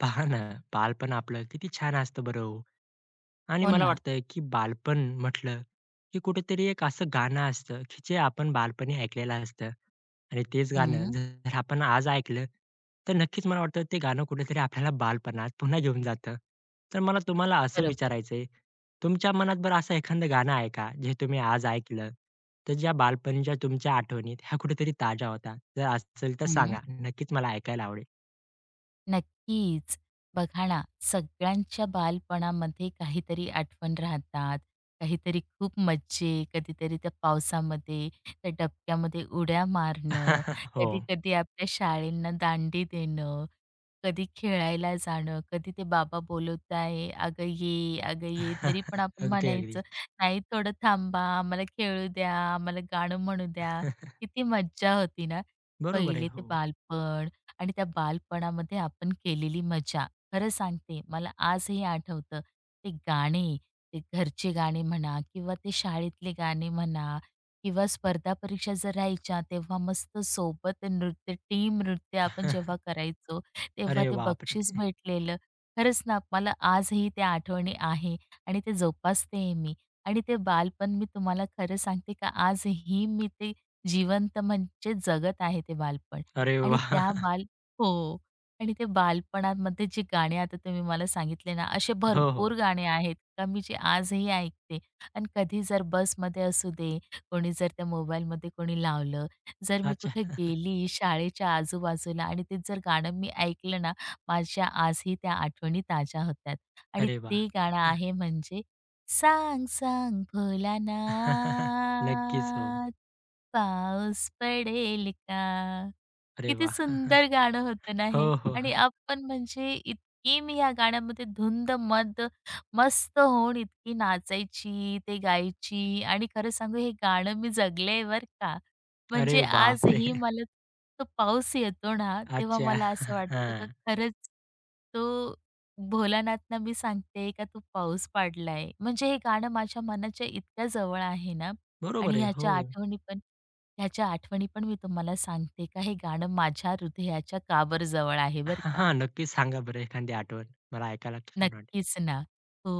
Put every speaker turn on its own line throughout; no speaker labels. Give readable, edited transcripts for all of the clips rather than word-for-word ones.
पहा ना, बालपण आपलं किती छान असतं बरं हो. आणि
हो
मला
ना.
वाटतं की बालपण म्हटलं, की कुठेतरी एक असं गाणं असतं, की जे आपण बालपणी ऐकलेलं असतं. आणि तेच गाणं
हं.
जर आपण आज ऐकलं, तर नक्कीच मला वाटतं ते गाणं कुठेतरी आपल्याला बालपणात पुन्हा घेऊन जातं. तर मला तुम्हाला असं
बरोबर.
विचारायचंय, तुमच्या मनात बरं असं एखादं गाणं आहे का, जे तुम्ही आज ऐकलं, तर ज्या बालपणीच्या तुमच्या आठवणीत ह्या कुठेतरी ताज्या होतात? जर असेल तर
हं.
सांगा. नक्कीच मला ऐकायला आवडेल.
नक्कीच. बघा ना, सगळ्यांच्या बालपणामध्ये काहीतरी आठवण राहतात, काहीतरी खूप मज्जे, कधीतरी त्या पावसामध्ये, त्या डबक्यामध्ये उड्या मारणं,
हो.
कधी-कधी आपल्या शाळेंना दांडी देणं, कधी खेळायला जाणं, कधी ते बाबा बोलवत आहे, "अगं ये, अगं ये." तरी पण आपण
अगदी, अगदी.
म्हणायचं, "नाही, थोडं थांबा, आम्हाला खेळू द्या, आम्हाला गाणं म्हणू द्या." किती मज्जा होती ना,
बरोबर आहे.
पहिले ते
हो.
बालपण. आणि त्या बालपणामध्ये आपण केलेली मजा. खरं सांगते, मला आजही आठवतं ते गाणे, ते घरचे गाणे म्हणा किंवा ते शाळेतले गाणे म्हणा किंवा स्पर्धा परीक्षा जर राहायच्या तेव्हा मस्त सोबत नृत्य, टीम नृत्य आपण जेव्हा करायचो, तेव्हा
अरे
ते बक्षीस
बापरे!
भेटलेलं. खरंच ना, मला आजही त्या आठवणी आहे आणि ते जोपासतेही मी आणि ते बालपण मी तुम्हाला खरं सांगते का आजही मी ते जिवंत म्हणजे जगत आहे ते बालपण
अरे
आणि
वाह!
त्या बाल हो. आणि ते बालपणामध्ये जे गाणे आता तुम्ही मला सांगितले ना, असे
हो, हो.
भरपूर गाणे आहेत का मी जे आजही ऐकते. आणि कधी जर बसमध्ये असू दे, कोणी जर त्या मोबाईलमध्ये कोणी लावलं, जर मी
अच्छा.
कुठे गेली शाळेच्या आजूबाजूला आणि ते जर गाणं मी ऐकलं ना, माझ्या आजही त्या आठवणी ताज्या होतात. आणि
अरे वाह!
ते गाणं आहे म्हणजे "सांग सांग
नक्कीच हो.
भोलानाथ, पाऊस पडेल का?"
अरे
किती
वाह!
सुंदर गाणं होतं ना हे,
हो, हो.
आणि आपण म्हणजे इतकी मी या गाण्यामध्ये धुंद मस्त होऊन इतकी नाचायची, ते गायची आणि खरं सांगू, हे गाणं मी जगले बरं का.
अरे
म्हणजे
बापरे!
आजही मला तो पाऊस येतो ना, तेव्हा
अच्छा.
मला असं वाटतं का
हां.
खरंच तो भोलानाथना मी सांगते का तू पाऊस पाडलाय. म्हणजे हे गाणं माझ्या मनाच्या इतक्या जवळ आहे ना
बरोबर
आणि
आहे. हो.
ह्याच्या आठवणी पण मी तुम्हाला सांगते का हे गाणं माझ्या हृदयाच्या काबर जवळ आहे बरं का.
हां, नक्कीच सांगा बरं एखादी आठवण. मला ऐकायला छान वाटेल.
नक्कीच ना. हो.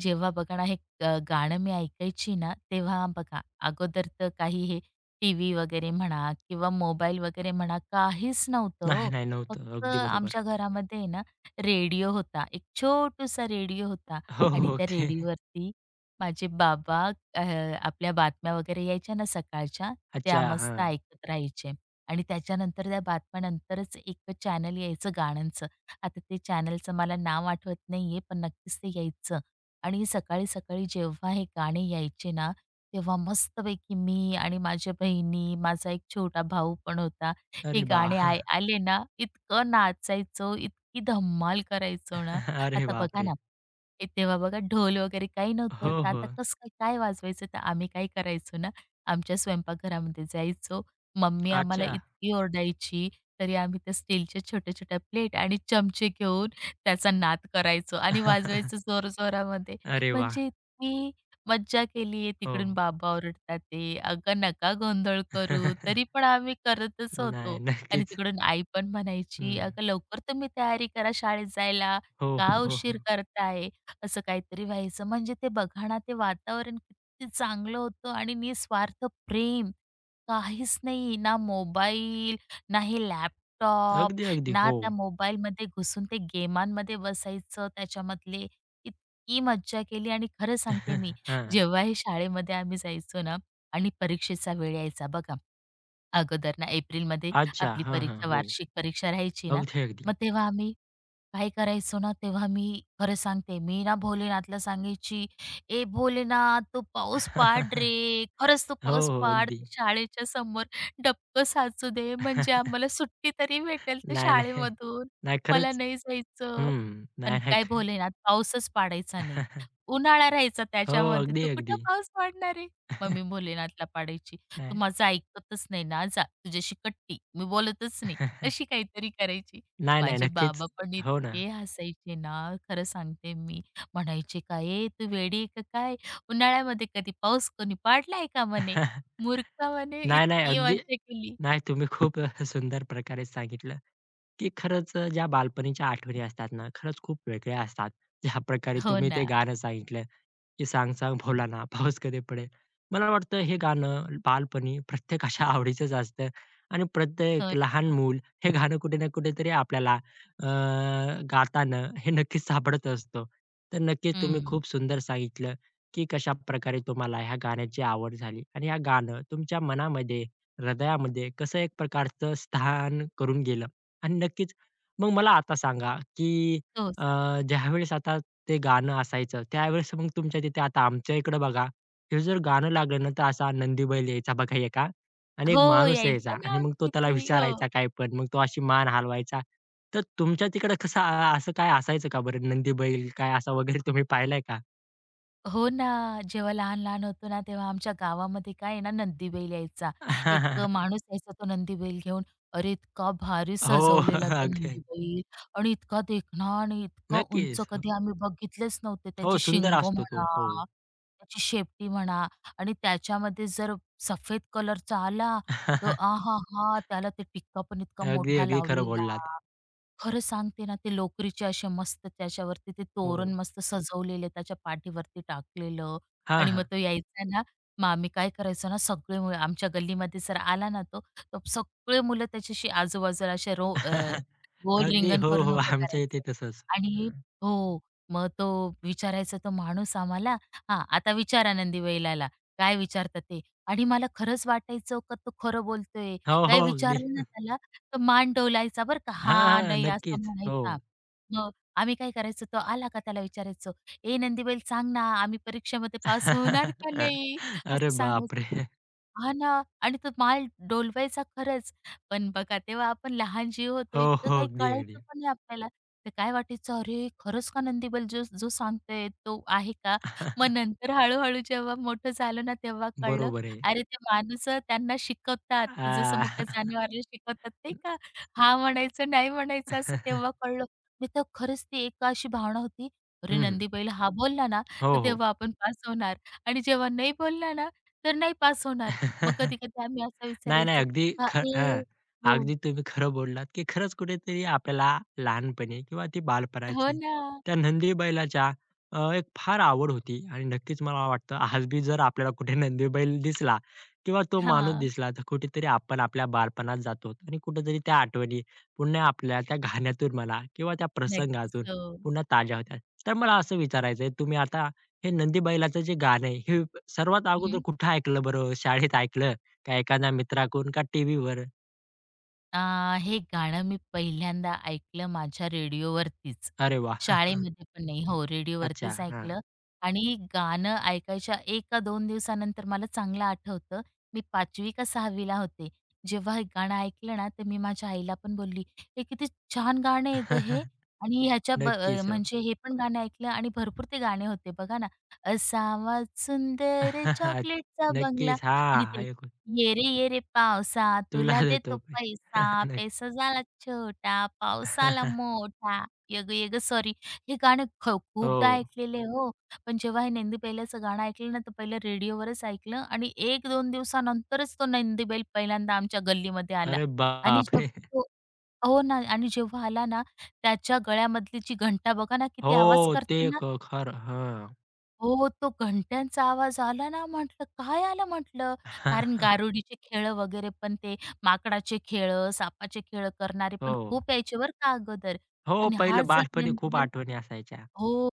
जेव्हा बघा ना, हे गाणं मी ऐकायची ना, तेव्हा बघा अगोदर तर काही हे टीव्ही वगैरे म्हणा किंवा मोबाईल वगैरे म्हणा, काहीच नव्हतं
नाही,
हो.
नाही नव्हतं.
फक्त
अगदी बरोबर.
आमच्या घरामध्ये आहे ना, रेडिओ होता. एक छोटूसा रेडिओ होता
हो,
आणि
हो.
त्या
ते
रेडिओवरती माझे बाबा अ, आपल्या बातम्या वगैरे यायच्या ना सकाळच्या, त्या
अच्छा.
मस्त
हां.
ऐकत राहायचे आणि त्याच्यानंतर त्या बातम्यानंतरच एक चॅनल यायचं गाण्यांचं. आता ते चॅनलचं मला नाव आठवत नाहीये, पण नक्कीच ते यायचं. आणि सकाळी-सकाळी जेव्हा हे गाणे यायचे ना, तेव्हा मस्तपैकी मी आणि माझ्या बहिणी, माझा एक छोटा भाऊ पण होता. हे
अरे वाह!
गाणे आले ना, इतकं नाचायचो, इतकी धम्माल करायचो ना.
अरे
आता बघा
बापरे!
ना, ए तेव्हा बघा ढोल वगैरे काही नव्हतं.
हो,
तर आता
हो.
कसं काय काय वाजवायचं? तर आम्ही काय करायचो ना, आमच्या स्वयंपाकघरामध्ये जायचो. मम्मी आम्हाला
अच्छा.
इतकी ओरडायची तरी आम्ही त्या स्टीलच्या छोट्या-छोट्या प्लेट आणि चमचे घेऊन त्याचा नाद करायचो आणि वाजवायचो जोरजोरामध्ये.
अरे वाह!
म्हणजे इतकी मज्जा केली आहे.
हो.
तिकडून बाबा ओरडतात ते, "अगं नका गोंधळ करू." तरी पण आम्ही करतच
नाही,
होतो आणि
नक्कीच.
तिकडून आई पण म्हणायची,
हं.
"अगं लवकर तुम्ही तयारी करा शाळेत जायला.
हो,
का
हो, हो,
उशीर
हो.
करताय?" असं काहीतरी व्हायचं. म्हणजे ते बघा ना, ते वातावरण किती चांगलं होतं आणि निस्वार्थ प्रेम. काहीच नाही. ना मोबाईल, ना हे लॅपटॉप,
अगदी, अगदी.
ना
हो.
त्या मोबाईलमध्ये घुसून ते गेमांमध्ये बसायचं त्याच्यामधले. इतकी मज्जा केली आणि खरं सांगते मी,
हां.
जेव्हा हे शाळेमध्ये आम्ही जायचो ना आणि परीक्षेचा वेळ यायचा बघा. अगोदर ना एप्रिलमध्ये
अच्छा.
आपली
हां, हां.
परीक्षा
हो.
वार्षिक परीक्षा राहायची ना,
अगदी,
मग
अगदी.
तेव्हा आम्ही काय करायचो ना तेव्हा मी खरं सांगते, मी ना भोलेनाथला सांगायची, "ए भोलेनाथ तो पाऊस पाड रे, खरंच तो
हो,
पाऊस
हो.
पाड.
अगदी.
ते शाळेच्या समोर डबकं साचू दे, म्हणजे आम्हाला सुट्टी तरी भेटेल त्या
नाही, नाही.
शाळेमधून.
नाही
मला
खरंच.
नाही जायचं."
हं.
पण
नाही, नाही.
काय भोलेनाथ पाऊसच पाडायचा नाही. उन्हाळा राहायचा
हो.
त्याच्यामध्ये.
अगदी,
"तू कुठं
अगदी.
पाऊस पाडणार आहे?" मग मी भोलेनाथला पाडायची. "तू
नाही.
माझं ऐकतच नाही ना, जा तुझ्याशी कट्टी, मी बोलतच नाही." अशी काहीतरी करायची.
नाही, नाही.
माझे
नक्कीच.
बाबा पण
हो ना.
इतके हसायचे ना, खरं सांगते मी. म्हणायचे का, "ए तू वेडी आहे का काय? उन्हाळ्यामध्ये कधी पाऊस कोणी पाडलाय का?" म्हणे. "मूर्खा" म्हणे.
नाही, नाही.
इतकी
अगदी
मज्जा केली.
नाही, तुम्ही खूप सुंदर प्रकारे सांगितलं, की खरंच ज्या बालपणीच्या आठवणी असतात ना, खरंच खूप वेगळ्या असतात. ज्याप्रकारे
हो
तुम्ही
ना.
ते गाणं सांगितलं, की "सांग सांग भोला ना पाऊस कधी पडेल." मला वाटतं हे गाणं बालपणी प्रत्येकाच्या आवडीचंच असतं आणि प्रत्येक
हो.
लहान मूल हे गाणं कुठे ना कुठेतरी आपल्याला अ, गाताना हे नक्कीच सापडत असतो. तर नक्कीच तुम्ही
हं.
खूप सुंदर सांगितलं. की कशाप्रकारे तुम्हाला ह्या गाण्याची आवड झाली आणि हे गाणं तुमच्या मनामध्ये, हृदयामध्ये कसं एक प्रकारचं स्थान करून गेलं? आणि नक्कीच मग मला आता सांगा, की
तो
अ,
सांग
ज्यावेळेस आता ते गाणं असायचं, त्यावेळेस मग तुमच्या तिथे आता आमच्या इकडे बघा, हे जर गाणं लागलं ना, तर असा नंदी बैल यायचा बघा एका आणि एक
हो,
माणूस यायचा
यायचा ना
आणि मग तो
आमच्या
त्याला
इथे.
विचारायचा
हो.
काय पण, मग तो अशी मान हलवायचा. तर तुमच्या तिकडे कसं असं काय असायचं का बरं? नंदी बैल काय असा वगैरे तुम्ही पाहिलाय का?
हो ना. जेव्हा लहान-लहान होतो ना, तेव्हा आमच्या गावामध्ये काय आहे ना, नंदी बैल यायचा. एक अ, हं. माणूस यायचा तो नंदी बैल घेऊन. अरे, इतका भारी
हो.
सजवलेला तो
अगदी.
नंदी बैल आणि इतका देखणा आणि इतका उंच
नक्कीच.
कधी आम्ही बघितलेच नव्हते.
हो,
त्याची
सुंदर
शिंग
असतो तो.
म्हणा,
हो.
त्याची शेपटी म्हणा आणि त्याच्यामध्ये जर सफेद कलरचा आला, तर आहाहा! त्याला ते टिक्का पण इतका
अगदी,
मोठा
अगदी खरं
लावलेला.
बोललात.
खरं सांगते ना, ते लोकरीचे असे मस्त त्याच्यावरती ते तोरण
हो.
मस्त सजवलेले त्याच्या पाठीवरती टाकलेलं
हां,
आणि मग
हां.
तो यायचा ना, मग आम्ही काय करायचो ना, सगळे मुलं आमच्या गल्लीमध्ये जर आला ना तो, तर सगळे मुलं त्याच्याशी आजूबाजूला असे गोल
अगदी.
रिंगण
हो,
करून
हो.
उभं
आमच्या इथे
करायचो
तसंच.
आणि
हं.
हो, मग तो विचारायचा तो माणूस आम्हाला, "हां, आता विचारा नंदीबैलाला, काय विचारता ते?" आणि मला खरंच वाटायचं का तो खरं बोलतोय.
हो, हो.
काही
अगदी.
विचारलं ना त्याला तो मान डोलायचा बरं का,
हां,
"हां,
हां.
नाही" असा
नक्कीच. हो.
म्हणायचा. मग आम्ही काय करायचो, तो आला का त्याला विचारायचो, "ए नंदीबैल सांग ना, आम्ही परीक्षेमध्ये पास होणार का नाही?"
अरे
असं सांगायचो.
बापरे!
हां ना. आणि तो माल डोलवायचा खरंच. पण बघा तेव्हा आपण लहान जीव होतो,
हो,
इतकं
हो.
काही
अगदी, अगदी.
कळायचं पण नाही आपल्याला. तर काय वाटायचं, "अरे, खरंच का नंदीबैल जो जो सांगतोय तो आहे का?" मग नंतर हळू-हळू जेव्हा मोठं झालं ना, तेव्हा कळलं,
बरोबर आहे.
अरे, ते माणूसं त्यांना
आ
शिकवतात. जसं मुक्या जनावराला शिकवतात नाही का, हां म्हणायचं, नाही म्हणायचं असं तेव्हा कळलं. नाही तर खरंच ती एक अशी भावना होती, "अरे,
हं,
नंदीबैल हा बोलला ना,
हो,
तर
हो.
तेव्हा आपण पास होणार आणि जेव्हा नाही बोलला ना, तर नाही पास होणार." मग कधी-कधी आम्ही असं
नाही, नाही.
विचारायचो,
अगदी
"अ, ए"
हां.
हो.
अगदी तुम्ही खरं बोललात, की खरंच कुठेतरी आपल्याला लहानपणी किंवा ती
हो
बालपणाची
ना.
त्या नंदी बैलाच्या एक फार आवड होती आणि नक्कीच मला वाटतं आज बी जर आपल्याला कुठे नंदी बैल दिसला किंवा तो माणूस
हां.
दिसला, तर कुठेतरी आपण आपल्या बालपणात जातो आणि कुठेतरी त्या आठवणी पुन्हा आपल्या त्या गाण्यातून म्हणा किंवा त्या
नक्कीच.
प्रसंगातून
हो.
पुन्हा ताज्या होतात. तर मला असं विचारायचं आहे, तुम्ही आता हे नंदी बैलाचं जे गाणं आहे, हे सर्वात अगोदर
हं,
कुठे ऐकलं बरं? शाळेत ऐकलं का एखाद्या मित्राकडून का टीव्हीवर?
अ, हे गाणं मी पहिल्यांदा ऐकलं माझ्या रेडिओवरतीच.
अरे वाह!
शाळेमध्ये पण नाही. हो,
अच्छा,
रेडिओवरतीच
हां.
ऐकलं आणि गाणं ऐकायच्या 1 का 2 दिवसानंतर मला चांगलं आठवतं, मी 5वी का 6वीला होते. जेव्हा हे गाणं ऐकलं ना, तर मी माझ्या आईला पण बोलली, "हे किती छान गाणं आहे गं हे" आणि
नक्कीच हो.
म्हणजे हे पण गाणं ऐकलं आणि भरपूर ते गाणे होते बघा ना, "असावा सुंदर चॉकलेटचा बंगला"
नक्कीच.
आणि
हां,
ते
ऐकून
ये रे ये रे पावसा
तुला
तुला
देतो
देतो
मी.
पैसा
नक्की.
पैसा झाला छोटा पाऊस आला मोठा ये ग ये ग सॉरी हे गाणं खूपदा
हो.
ऐकलेले हो. पण जेव्हा हे नंदी बैलाचं गाणं ऐकलं ना, तर पहिलं रेडिओवरच ऐकलं आणि एक 2 दिवसानंतरच तो नंदी पहिल्यांदा आमच्या गल्लीमध्ये आला
अरे
आणि जेव्हा
बापरे!
तो हो ना आणि जेव्हा आला ना, त्याच्या गळ्यामधली जी घंटा बघा ना,
हो,
किती आवाज
ते
करते
क खरं. हां.
हो, तो घंट्यांचा आवाज आला ना, म्हटलं काय आलं म्हटलं, कारण गारुडीचे खेळं वगैरे पण ते माकडाचे खेळं, सापाचे खेळं करणारे पण
हो.
खूप यायचे बरं का अगोदर.
हो,
पण हा
पहिलं
जर
बालपणी खूप
नंदीबैल
आठवणी असायच्या.
हो.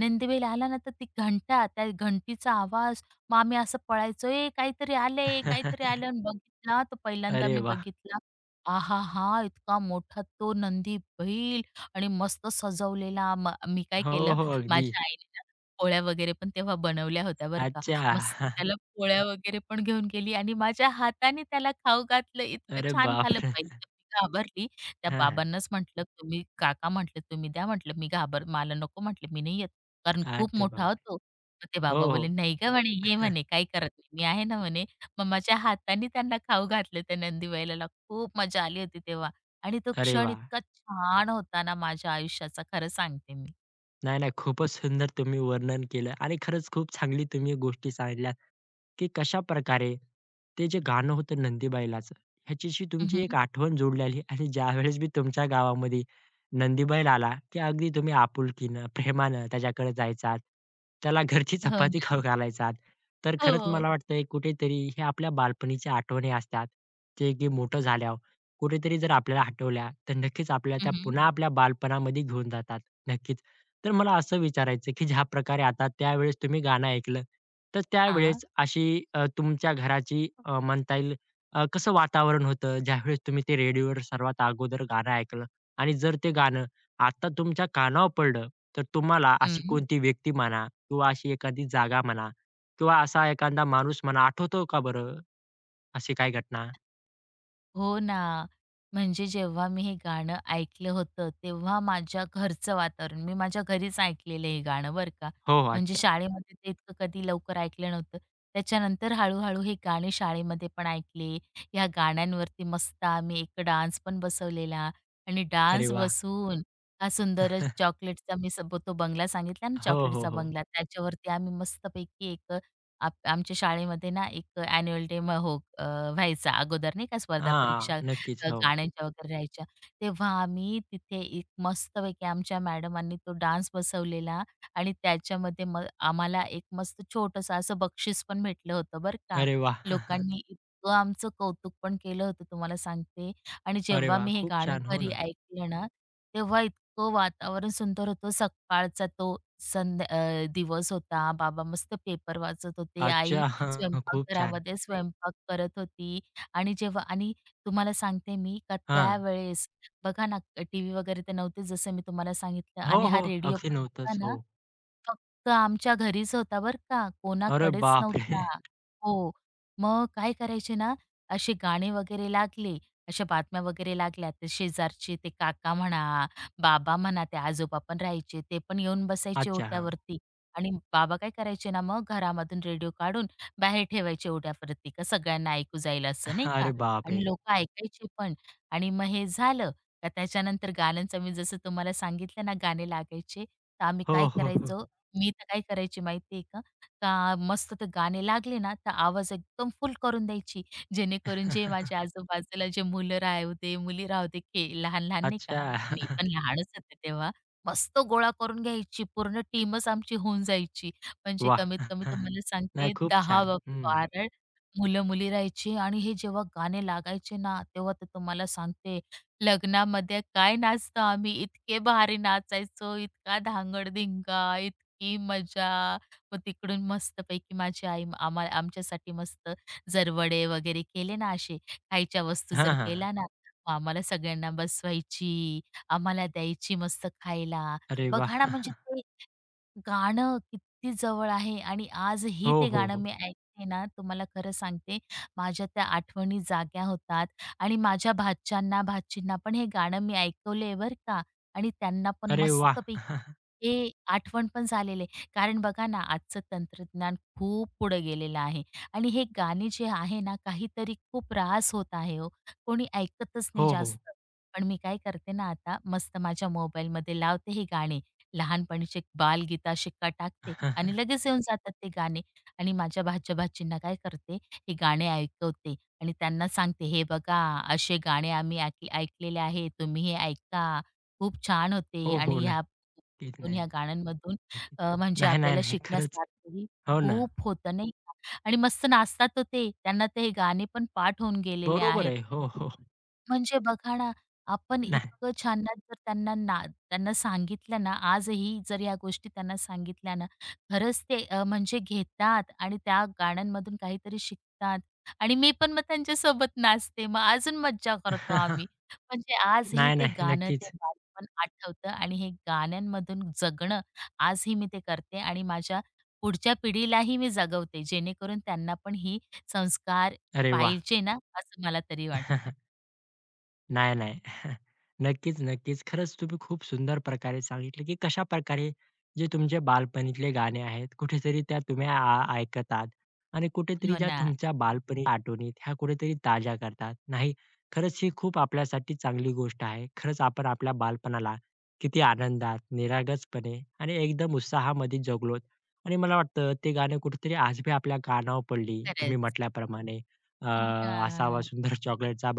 नंदीबैल आला ना, तर ती घंटा, त्या घंटीचा आवाज, मग आम्ही असं पळायचो, "ए, काहीतरी आलंय, काहीतरी आलं." आणि बघितला तर पहिल्यांदा
अरे
मी
वाह!
बघितला. आहाहा! इतका मोठा तो नंदीबैल आणि मस्त सजवलेला. मी काय
हो,
केलं,
हो, अगदी.
माझ्या आईने ना पोळ्या वगैरे पण तेव्हा बनवल्या होत्या बरं का. मस्त
अच्छा.
त्याला पोळ्या वगैरे पण घेऊन गेली आणि माझ्या हाताने त्याला खाऊ घातलं. इतकं
अरे
छान खाल्लं.
बापरे!
पहिले तर मी घाबरली. त्या
हां, हां.
बाबांनाच म्हटलं, "तुम्ही काका" म्हटलं, "तुम्ही द्या" म्हटलं, "मी घाबर मला नको" म्हटलं, "मी नाही येत." कारण खूप
अरे
मोठा हो
बापरे!
तो. मग ते बाबा
हो,
बोलले,
हो.
"नाही गं," म्हणे, "ये म्हणे, काही करत नाही. मी आहे ना," म्हणे. मग माझ्या हाताने त्यांना खाऊ घातलं त्या नंदीबैलाला. खूप मजा आली होती तेव्हा आणि तो
अरे
क्षण
वाह!
इतका छान होता ना माझ्या आयुष्याचा, खरं सांगते मी.
नाही, नाही. खूपच सुंदर तुम्ही वर्णन केलं आणि खरंच खूप चांगली तुम्ही गोष्टी सांगितल्या, की कशाप्रकारे ते जे गाणं होतं नंदीबैलाचं, ह्याच्याशी तुमची
हं,
एक आठवण जोडलेली आणि ज्यावेळेस बी तुमच्या गावामध्ये नंदीबैल आला, की अगदी तुम्ही आपुलकीनं, प्रेमानं त्याच्याकडे जायचात. त्याला घरची
हो
चपाती
ना.
खाऊ घालायचात. तर खरंच
हो.
मला वाटतंय कुठेतरी हे आपल्या बालपणीच्या आठवणी असतात, जे की मोठं झाल्यावर कुठेतरी जर आपल्याला आठवल्या, तर नक्कीच आपल्याला
हं,
त्या
हं.
पुन्हा आपल्या बालपणामध्ये घेऊन जातात. नक्कीच. तर मला असं विचारायचं आहे, की ज्या प्रकारे आता त्यावेळेस तुम्ही गाणं ऐकलं, तर
हां.
त्यावेळेस अशी तुमच्या घराची म्हणता येईल कसं वातावरण होतं ज्यावेळेस तुम्ही ते रेडिओवर सर्वात अगोदर गाणं ऐकलं? आणि जर ते गाणं आता तुमच्या कानावर पडलं, तर तुम्हाला अशी कोणती व्यक्ती म्हणा किंवा अशी एखादी जागा म्हणा किंवा असा एखादा माणूस म्हणा आठवतो का बरं अशी काही घटना?
हो ना. म्हणजे जेव्हा मी हे गाणं ऐकलं होतं, तेव्हा माझ्या घरचं वातावरण मी माझ्या घरीच ऐकलेलं हे गाणं बरं का.
हो, हो.
म्हणजे
अच्छा.
शाळेमध्ये ते इतकं कधी लवकर ऐकलं नव्हतं. त्याच्यानंतर हळू-हळू हे गाणे शाळेमध्ये पण ऐकले. या गाण्यांवरती मस्त आम्ही एक डान्स पण बसवलेला आणि
अरे
डान्स
वाह!
बसवून हा सुंदर चॉकलेटचा मी सब तो बंगला सांगितला ना,
हो, हो,
चॉकलेटचा
हो.
बंगला. त्याच्यावरती आम्ही मस्तपैकी एक आमच्या शाळेमध्ये ना एक ॲन्युअल डे मग हो व्हायचा अगोदर नाही का स्पर्धा
हां,
परीक्षा
नक्कीच. हो.
गाण्यांच्या वगैरे राहायच्या. तेव्हा आम्ही तिथे एक मस्तपैकी आमच्या मॅडमांनी तो डान्स बसवलेला आणि त्याच्यामध्ये मग आम्हाला एक मस्त छोटंसं असं बक्षीस पण भेटलं होतं बरं का.
अरे वाह!
लोकांनी इतकं आमचं कौतुक पण केलं होतं तुम्हाला सांगते. आणि
अरे
जेव्हा
वाह!
मी हे
खूप
गाणं
छान. हो
घरी
ना.
ऐकलं ना, तेव्हा इतकं वातावरण सुंदर होतं. सकाळचा तो संध्या दिवस होता. बाबा मस्त पेपर वाचत होते. आई
अच्छा. खूप छान.
स्वयंपाकघरामध्ये स्वयंपाक करत होती आणि जेव्हा आणि तुम्हाला सांगते मी का
हां.
त्यावेळेस बघा ना, टीव्ही वगैरे तर नव्हते जसं मी तुम्हाला सांगितलं
हो,
आणि
हो.
हा रेडिओ
अगदी
पण होता
नव्हतंच. हो.
ना फक्त आमच्या घरीच होता बरं का,
अरे
कोणाकडेच
बापरे!
नव्हता. हो, मग काय करायचे ना, असे गाणे वगैरे लागले, अशा बातम्या वगैरे लागल्या, तर शेजारचे ते काका म्हणा, बाबा म्हणा, ते आजोबा पण राहायचे, ते पण येऊन बसायचे
अच्छा. हां.
ओट्यावरती आणि बाबा काय करायचे ना, मग घरामधून रेडिओ काढून बाहेर ठेवायचे ओट्यावरती, का सगळ्यांना ऐकू जाईल असं, नाही का?
अरे
आणि
बापरे!
लोकं ऐकायचे पण आणि मग हे झालं, का त्याच्यानंतर गाण्यांचं मी जसं तुम्हाला सांगितलं ना, गाणे लागायचे, तर आम्ही
हो,
काय
हो, हो.
करायचो मी तर काय करायची माहिती का? का मस्त ते गाणे लागले ना, तर आवाज एकदम फुल करून द्यायची. जेणेकरून जे माझ्या आजूबाजूला जे मुलं राहूदे, मुली राहूदे, के लहान-लहान नाही का,
अच्छा.
मी पण लहानच होते तेव्हा. मस्त गोळा करून घ्यायची. पूर्ण टीमच आमची होऊन जायची. म्हणजे
वाह!
कमीत कमी तुम्हाला
नाही
सांगते
खूप छान. हं.
10-12 मुलं-मुली राहायची आणि हे जेव्हा गाणे लागायचे ना, तेव्हा तर तुम्हाला सांगते लग्नामध्ये काय नाचतो आम्ही. इतके भारी नाचायचो, इतका धांगड इतकी मजा. मग तिकडून मस्तपैकी माझी आई आम्हा आमच्यासाठी मस्त जर वडे वगैरे केले ना असे, खायच्या वस्तू
हां,
जर
हां, हां.
केल्या ना, मग आम्हाला सगळ्यांना बसवायची, आम्हाला द्यायची मस्त खायला.
अरे वाह!
बघा ना म्हणजे ते गाणं किती जवळ आहे आणि आजही
हो,
ते
हो,
गाणं
हो.
मी ऐकते ना, तुम्हाला खरं सांगते, माझ्या त्या आठवणी जाग्या होतात आणि माझ्या भाच्याना, भाचींना पण हे गाणं मी ऐकवलंय बरं का आणि त्यांना पण
अरे वाह!
मस्तपैकी हे आठवण पण झालेलं आहे. कारण बघा ना, आजचं तंत्रज्ञान खूप पुढे गेलेलं आहे आणि हे गाणे जे आहे ना, काहीतरी खूप ऱ्हास होत आहे हो. कोणी ऐकतच नाही
हो, हो.
जास्त. पण मी काय करते ना आता, मस्त माझ्या मोबाईलमध्ये लावते हे गाणे. लहानपणीचे बालगीता शिक्का टाकते आणि लगेच येऊन जातात ते गाणे आणि माझ्या भाच्या-भाचींना काय करते, हे गाणे ऐकवते आणि त्यांना सांगते, "हे बघा, असे गाणे आम्ही ऐकलेले आहे. तुम्ही हे ऐका. खूप छान
हो,
होते."
हो.
आणि ह्या
नक्कीच.
ह्या
नक्कीच.
गाण्यांमधून म्हणजे
नाही, नाही,
आपल्याला
नाही. खरंच.
शिकण्यासारखंही
हो ना.
खूप होतं, नाही का? आणि मस्त नाचतात हो ते. त्यांना ते हे गाणे पण पाठ होऊन गेलेले
बरोबर
आहेत.
आहे. हो, हो.
म्हणजे बघा ना, आपण
नाही.
इतकं छाननं जर त्यांना सांगितलं ना, आजही जर या गोष्टी त्यांना सांगितल्या ना, खरंच ते म्हणजे घेतात आणि त्या गाण्यांमधून काहीतरी शिकतात आणि मी पण मग त्यांच्यासोबत नाचते. मग अजून मज्जा करतो आम्ही. म्हणजे आजही
नाही,
ते
नाही.
गाणं, ते
नक्कीच.
बालपण आठवतं आणि हे गाण्यांमधून जगणं, आजही मी ते करते आणि माझ्या पुढच्या पिढीलाही मी जगवते, जेणेकरून त्यांना पण ही संस्कार
अरे वाह!
पाहिजे ना, असं मला तरी वाटतं.
नाही, नाही. नक्कीच, नक्कीच. खरंच तुम्ही खूप सुंदर प्रकारे सांगितलं, की कशाप्रकारे जे तुमचे बालपणीतले गाणे आहेत, कुठेतरी त्या तुम्ही आ ऐकतात आणि कुठेतरी
हो
ज्या
ना.
तुमच्या बालपणी आठवणीत ह्या कुठेतरी ताज्या करतात. नाही, खरंच ही खूप आपल्यासाठी चांगली गोष्ट आहे. खरंच आपण आपल्या बालपणाला किती आनंदात, निरागसपणे आणि एकदम उत्साहामध्ये जगलोत आणि मला वाटतं ते गाणं कुठेतरी आज बी आपल्या कानावर पडली, तुम्ही
खरंच.
म्हटल्याप्रमाणे. अ, असावा
धन्यवाद.
सुंदर चॉकलेटचा